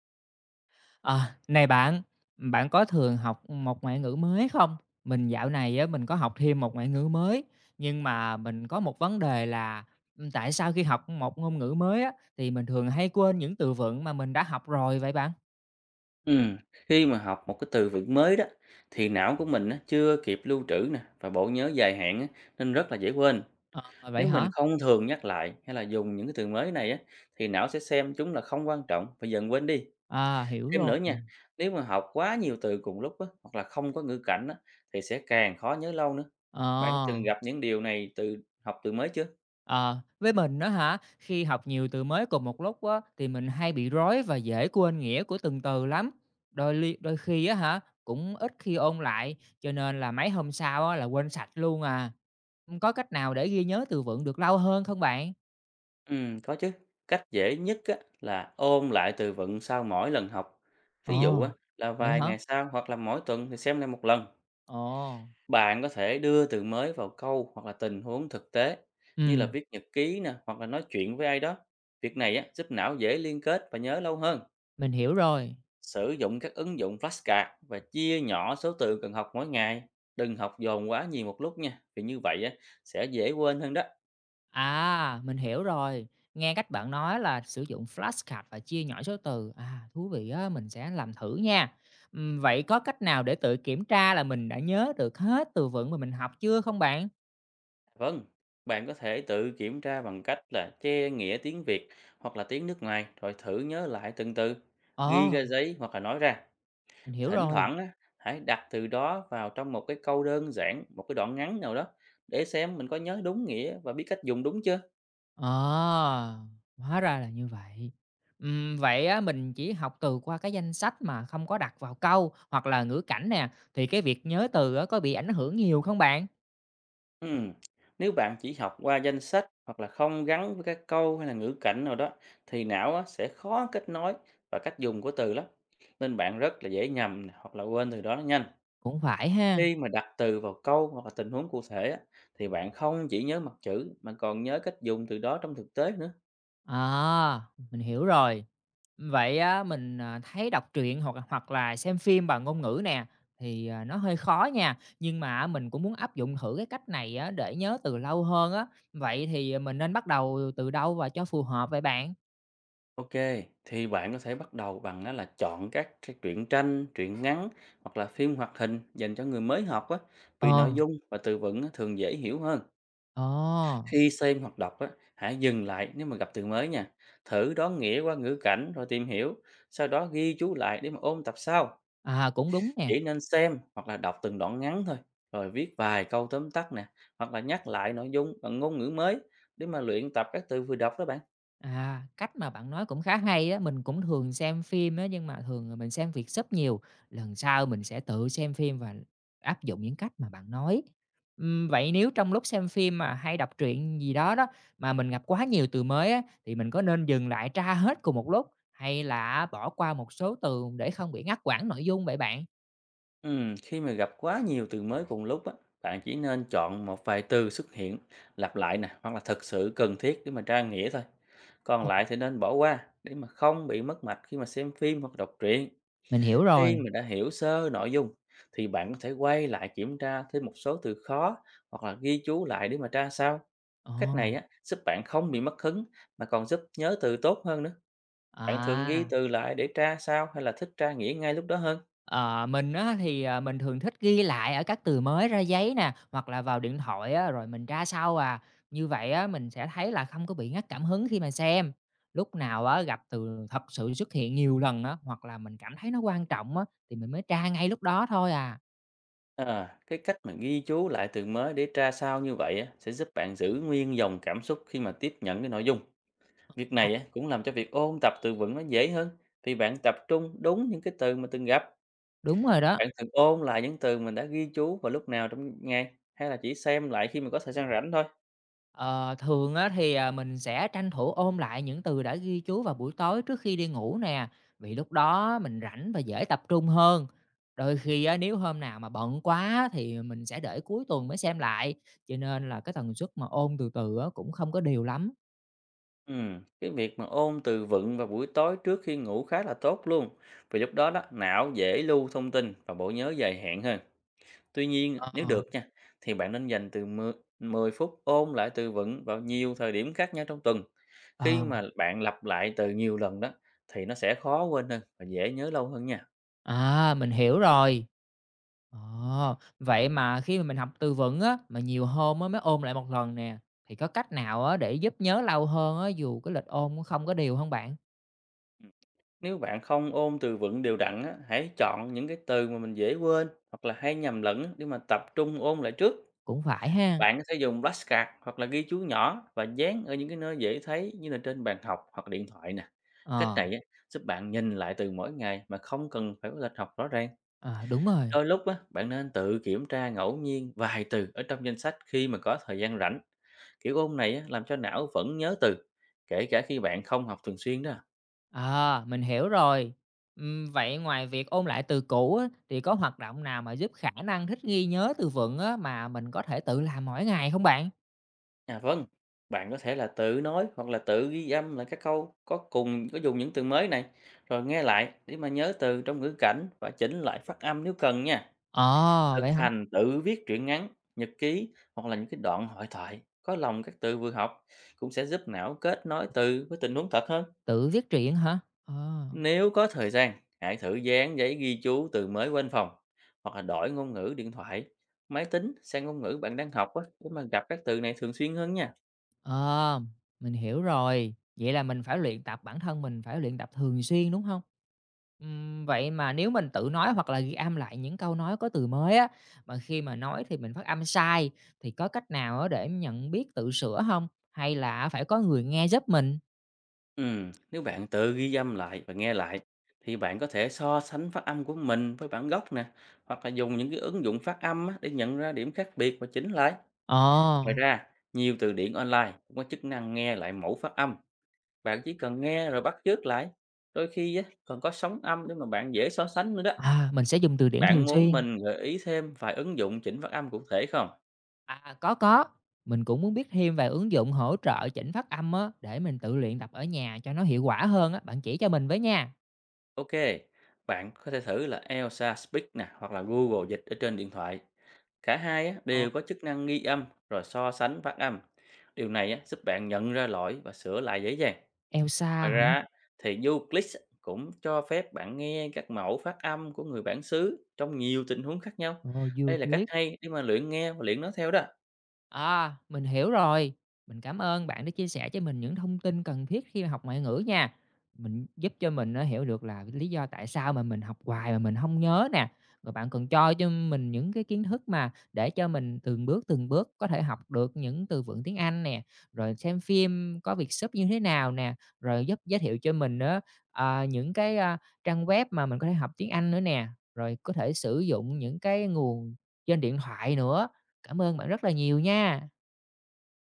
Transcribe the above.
À, này bạn, bạn có thường học một ngoại ngữ mới không? Mình dạo này á, mình có học thêm một ngoại ngữ mới, nhưng mà mình có một vấn đề là, tại sao khi học một ngôn ngữ mới á, thì mình thường hay quên những từ vựng mà mình đã học rồi vậy bạn? Ừm, khi mà học một cái từ vựng mới đó thì não của mình á, chưa kịp lưu trữ nè và bộ nhớ dài hạn á, nên rất là dễ quên. Ờ, vậy Nếu mình hả? không thường nhắc lại hay là dùng những cái từ mới này á, thì não sẽ xem chúng là không quan trọng và dần quên đi. À, hiểu Thêm nữa rồi. nha, nếu mà học quá nhiều từ cùng lúc á, hoặc là không có ngữ cảnh á, thì sẽ càng khó nhớ lâu nữa. Ờ. Bạn đã từng gặp những điều này từ học từ mới chưa? Ờ, với mình á hả, khi học nhiều từ mới cùng một lúc á, thì mình hay bị rối và dễ quên nghĩa của từng từ lắm. Đôi khi á hả, cũng ít khi ôn lại, cho nên là mấy hôm sau á, là quên sạch luôn à. Có cách nào để ghi nhớ từ vựng được lâu hơn không bạn? Có chứ. Cách dễ nhất á, là ôn lại từ vựng sau mỗi lần học. Ví dụ Ồ, á, là vậy vài hả? ngày sau hoặc là mỗi tuần thì xem lại một lần. Ồ, Bạn có thể đưa từ mới vào câu hoặc là tình huống thực tế, như là ừm, viết nhật ký nè, hoặc là nói chuyện với ai đó. Việc này á, giúp não dễ liên kết và nhớ lâu hơn. mình hiểu rồi. Sử dụng các ứng dụng flashcard và chia nhỏ số từ cần học mỗi ngày. Đừng học dồn quá nhiều một lúc nha, vì như vậy á, sẽ dễ quên hơn đó. À, mình hiểu rồi. Nghe cách bạn nói là sử dụng flashcard và chia nhỏ số từ, à, thú vị á, mình sẽ làm thử nha. Vậy có cách nào để tự kiểm tra là mình đã nhớ được hết từ vựng mà mình học chưa không bạn? Vâng, bạn có thể tự kiểm tra bằng cách là che nghĩa tiếng Việt hoặc là tiếng nước ngoài rồi thử nhớ lại từng từ, ghi Ờ, ra giấy hoặc là nói ra. mình hiểu Thỉnh rồi. thoảng á, hãy đặt từ đó vào trong một cái câu đơn giản, một cái đoạn ngắn nào đó để xem mình có nhớ đúng nghĩa và biết cách dùng đúng chưa. Ờ, hóa ra là như vậy. Vậy á, mình chỉ học từ qua cái danh sách mà không có đặt vào câu hoặc là ngữ cảnh nè, thì cái việc nhớ từ á, có bị ảnh hưởng nhiều không bạn? Ừm, Nếu bạn chỉ học qua danh sách hoặc là không gắn với các câu hay là ngữ cảnh nào đó thì não á, sẽ khó kết nối và cách dùng của từ lắm. Nên bạn rất là dễ nhầm nè, hoặc là quên từ đó nó nhanh. Cũng phải ha. Khi mà đặt từ vào câu hoặc là tình huống cụ thể á, thì bạn không chỉ nhớ mặt chữ mà còn nhớ cách dùng từ đó trong thực tế nữa. À, mình hiểu rồi. Vậy á, mình, à, thấy đọc truyện hoặc hoặc là xem phim bằng ngôn ngữ nè, thì, à, nó hơi khó nha, nhưng mà mình cũng muốn áp dụng thử cái cách này á để nhớ từ lâu hơn á. Vậy thì à, mình nên bắt đầu từ đâu và cho phù hợp vậy bạn? Ok, thì bạn có thể bắt đầu bằng á là chọn các cái truyện tranh, truyện ngắn hoặc là phim hoạt hình dành cho người mới học á, Ờ, vì nội dung và từ vựng á thường dễ hiểu hơn. ờ, Khi xem hoặc đọc á, hãy dừng lại nếu mà gặp từ mới nha. Thử đoán nghĩa qua ngữ cảnh rồi tìm hiểu, sau đó ghi chú lại để mà ôn tập sau. à, cũng đúng nè. Chỉ nên xem hoặc là đọc từng đoạn ngắn thôi, rồi viết vài câu tóm tắt nè, hoặc là nhắc lại nội dung bằng ngôn ngữ mới để mà luyện tập các từ vừa đọc đó bạn. À, cách mà bạn nói cũng khá hay á, mình cũng thường xem phim á, nhưng mà thường là mình xem vietsub nhiều, lần sau mình sẽ tự xem phim và áp dụng những cách mà bạn nói. Vậy nếu trong lúc xem phim mà hay đọc truyện gì đó đó, mà mình gặp quá nhiều từ mới á, thì mình có nên dừng lại tra hết cùng một lúc, hay là bỏ qua một số từ để không bị ngắt quãng nội dung vậy bạn? Khi mà gặp quá nhiều từ mới cùng lúc á, bạn chỉ nên chọn một vài từ xuất hiện, lặp lại nè, hoặc là thực sự cần thiết để mà tra nghĩa thôi. Còn Ờ, lại thì nên bỏ qua để mà không bị mất mạch khi mà xem phim hoặc đọc truyện. mình hiểu rồi. Khi mà đã hiểu sơ nội dung thì bạn có thể quay lại kiểm tra thêm một số từ khó hoặc là ghi chú lại để mà tra sau. Ồ, Cách này á, giúp bạn không bị mất hứng mà còn giúp nhớ từ tốt hơn nữa. Bạn thường ghi à. từ lại để tra sao hay là thích tra nghĩa ngay lúc đó hơn? Ờ, mình á thì, à, mình thường thích ghi lại ở các từ mới ra giấy nè, hoặc là vào điện thoại á, rồi mình tra sau à. Như vậy á, mình sẽ thấy là không có bị ngắt cảm hứng khi mà xem. Lúc nào á, gặp từ thật sự xuất hiện nhiều lần á, hoặc là mình cảm thấy nó quan trọng á, thì mình mới tra ngay lúc đó thôi à. À, cái cách mà ghi chú lại từ mới để tra sao như vậy á, sẽ giúp bạn giữ nguyên dòng cảm xúc khi mà tiếp nhận cái nội dung. Việc Ờ. này á, cũng làm cho việc ôn tập từ vựng nó dễ hơn vì bạn tập trung đúng những cái từ mà từng gặp. Đúng rồi đó. Bạn thường ôn lại những từ mình đã ghi chú vào lúc nào trong ngày hay là chỉ xem lại khi mà có thời gian rảnh thôi. Ờ, thường á thì, à, mình sẽ tranh thủ ôn lại những từ đã ghi chú vào buổi tối trước khi đi ngủ nè, vì lúc đó mình rảnh và dễ tập trung hơn. Đôi khi á, nếu hôm nào mà bận quá thì mình sẽ để cuối tuần mới xem lại, cho nên là cái tần suất mà ôn từ từ á cũng không có đều lắm. Cái việc mà ôn từ vựng vào buổi tối trước khi ngủ khá là tốt luôn. Vì lúc đó đó, não dễ lưu thông tin và bộ nhớ dài hạn hơn. Tuy nhiên, nếu Ờ, được nha, thì bạn nên dành từ 10 10 phút ôn lại từ vựng vào nhiều thời điểm khác nhau trong tuần. ờ, Khi mà bạn lặp lại từ nhiều lần đó, thì nó sẽ khó quên hơn và dễ nhớ lâu hơn nha. à, mình hiểu rồi. Ờ, vậy mà khi mà mình học từ vựng á, mà nhiều hôm á mới ôn lại một lần nè, thì có cách nào á để giúp nhớ lâu hơn á dù cái lịch ôn nó không có đều không bạn? Ừ. Nếu bạn không ôn từ vựng đều đặn á, hãy chọn những cái từ mà mình dễ quên hoặc là hay nhầm lẫn á để mà tập trung ôn lại trước. Cũng phải ha. Bạn có thể dùng flashcard hoặc là ghi chú nhỏ và dán ở những cái nơi dễ thấy như là trên bàn học hoặc điện thoại nè. Cách Ờ, này á, giúp bạn nhìn lại từ mỗi ngày mà không cần phải có lịch học rõ ràng. à, đúng rồi. Đôi lúc á, bạn nên tự kiểm tra ngẫu nhiên vài từ ở trong danh sách khi mà có thời gian rảnh. Kiểu ôn này á, làm cho não vẫn nhớ từ, kể cả khi bạn không học thường xuyên đó. À, mình hiểu rồi. Vậy ngoài việc ôn lại từ cũ á, thì có hoạt động nào mà giúp khả năng thích nghi nhớ từ vựng á, mà mình có thể tự làm mỗi ngày không bạn? À, vâng, bạn có thể là tự nói hoặc là tự ghi âm lại các câu có dùng những từ mới này rồi nghe lại để mà nhớ từ trong ngữ cảnh và chỉnh lại phát âm nếu cần nha. Ờ, Thực vậy hả? hành tự viết truyện ngắn, nhật ký hoặc là những cái đoạn hội thoại có lòng các từ vừa học cũng sẽ giúp não kết nối từ với tình huống thật hơn. Tự viết truyện hả? Ờ. Nếu có thời gian, hãy thử dán giấy ghi chú từ mới quên phòng hoặc là đổi ngôn ngữ điện thoại, máy tính sang ngôn ngữ bạn đang học á, để mà gặp các từ này thường xuyên hơn nha. Ờ, mình hiểu rồi. Vậy là mình phải luyện tập bản thân mình phải luyện tập thường xuyên đúng không? Vậy mà nếu mình tự nói hoặc là ghi âm lại những câu nói có từ mới á, mà khi mà nói thì mình phát âm sai thì có cách nào á để nhận biết tự sửa không? Hay là phải có người nghe giúp mình? Nếu bạn tự ghi âm lại và nghe lại thì bạn có thể so sánh phát âm của mình với bản gốc nè, hoặc là dùng những cái ứng dụng phát âm á, để nhận ra điểm khác biệt và chỉnh lại. Ờ, Ngoài ra, nhiều từ điển online cũng có chức năng nghe lại mẫu phát âm, bạn chỉ cần nghe rồi bắt chước lại. Đôi khi á, còn có sóng âm để mà bạn dễ so sánh nữa đó. à, mình sẽ dùng từ điển Bạn thường muốn xuyên. mình gợi ý thêm vài ứng dụng chỉnh phát âm cụ thể không? À, có, mình cũng muốn biết thêm về ứng dụng hỗ trợ chỉnh phát âm á, để mình tự luyện tập ở nhà cho nó hiệu quả hơn á, bạn chỉ cho mình với nha. Ok, bạn có thể thử là Elsa Speak nè hoặc là Google Dịch ở trên điện thoại. Cả hai á, Ờ, đều có chức năng ghi âm rồi so sánh phát âm. Điều này á, giúp bạn nhận ra lỗi và sửa lại dễ dàng. Elsa Ngoài hả? ra á, thì YouClick á, cũng cho phép bạn nghe các mẫu phát âm của người bản xứ trong nhiều tình huống khác nhau. Ờ, Đây là cách Euclid. hay để mà luyện nghe và luyện nó theo đó. À, mình hiểu rồi. Mình cảm ơn bạn đã chia sẻ cho mình những thông tin cần thiết khi mà học ngoại ngữ nha. Mình giúp cho mình nó hiểu được là lý do tại sao mà mình học hoài mà mình không nhớ nè. Rồi bạn còn cho mình những cái kiến thức mà để cho mình từng bước có thể học được những từ vựng tiếng Anh nè, rồi xem phim có việc sub như thế nào nè, rồi giúp giới thiệu cho mình á, à, những cái, a, trang web mà mình có thể học tiếng Anh nữa nè, rồi có thể sử dụng những cái nguồn trên điện thoại nữa. Cảm ơn bạn rất là nhiều nha.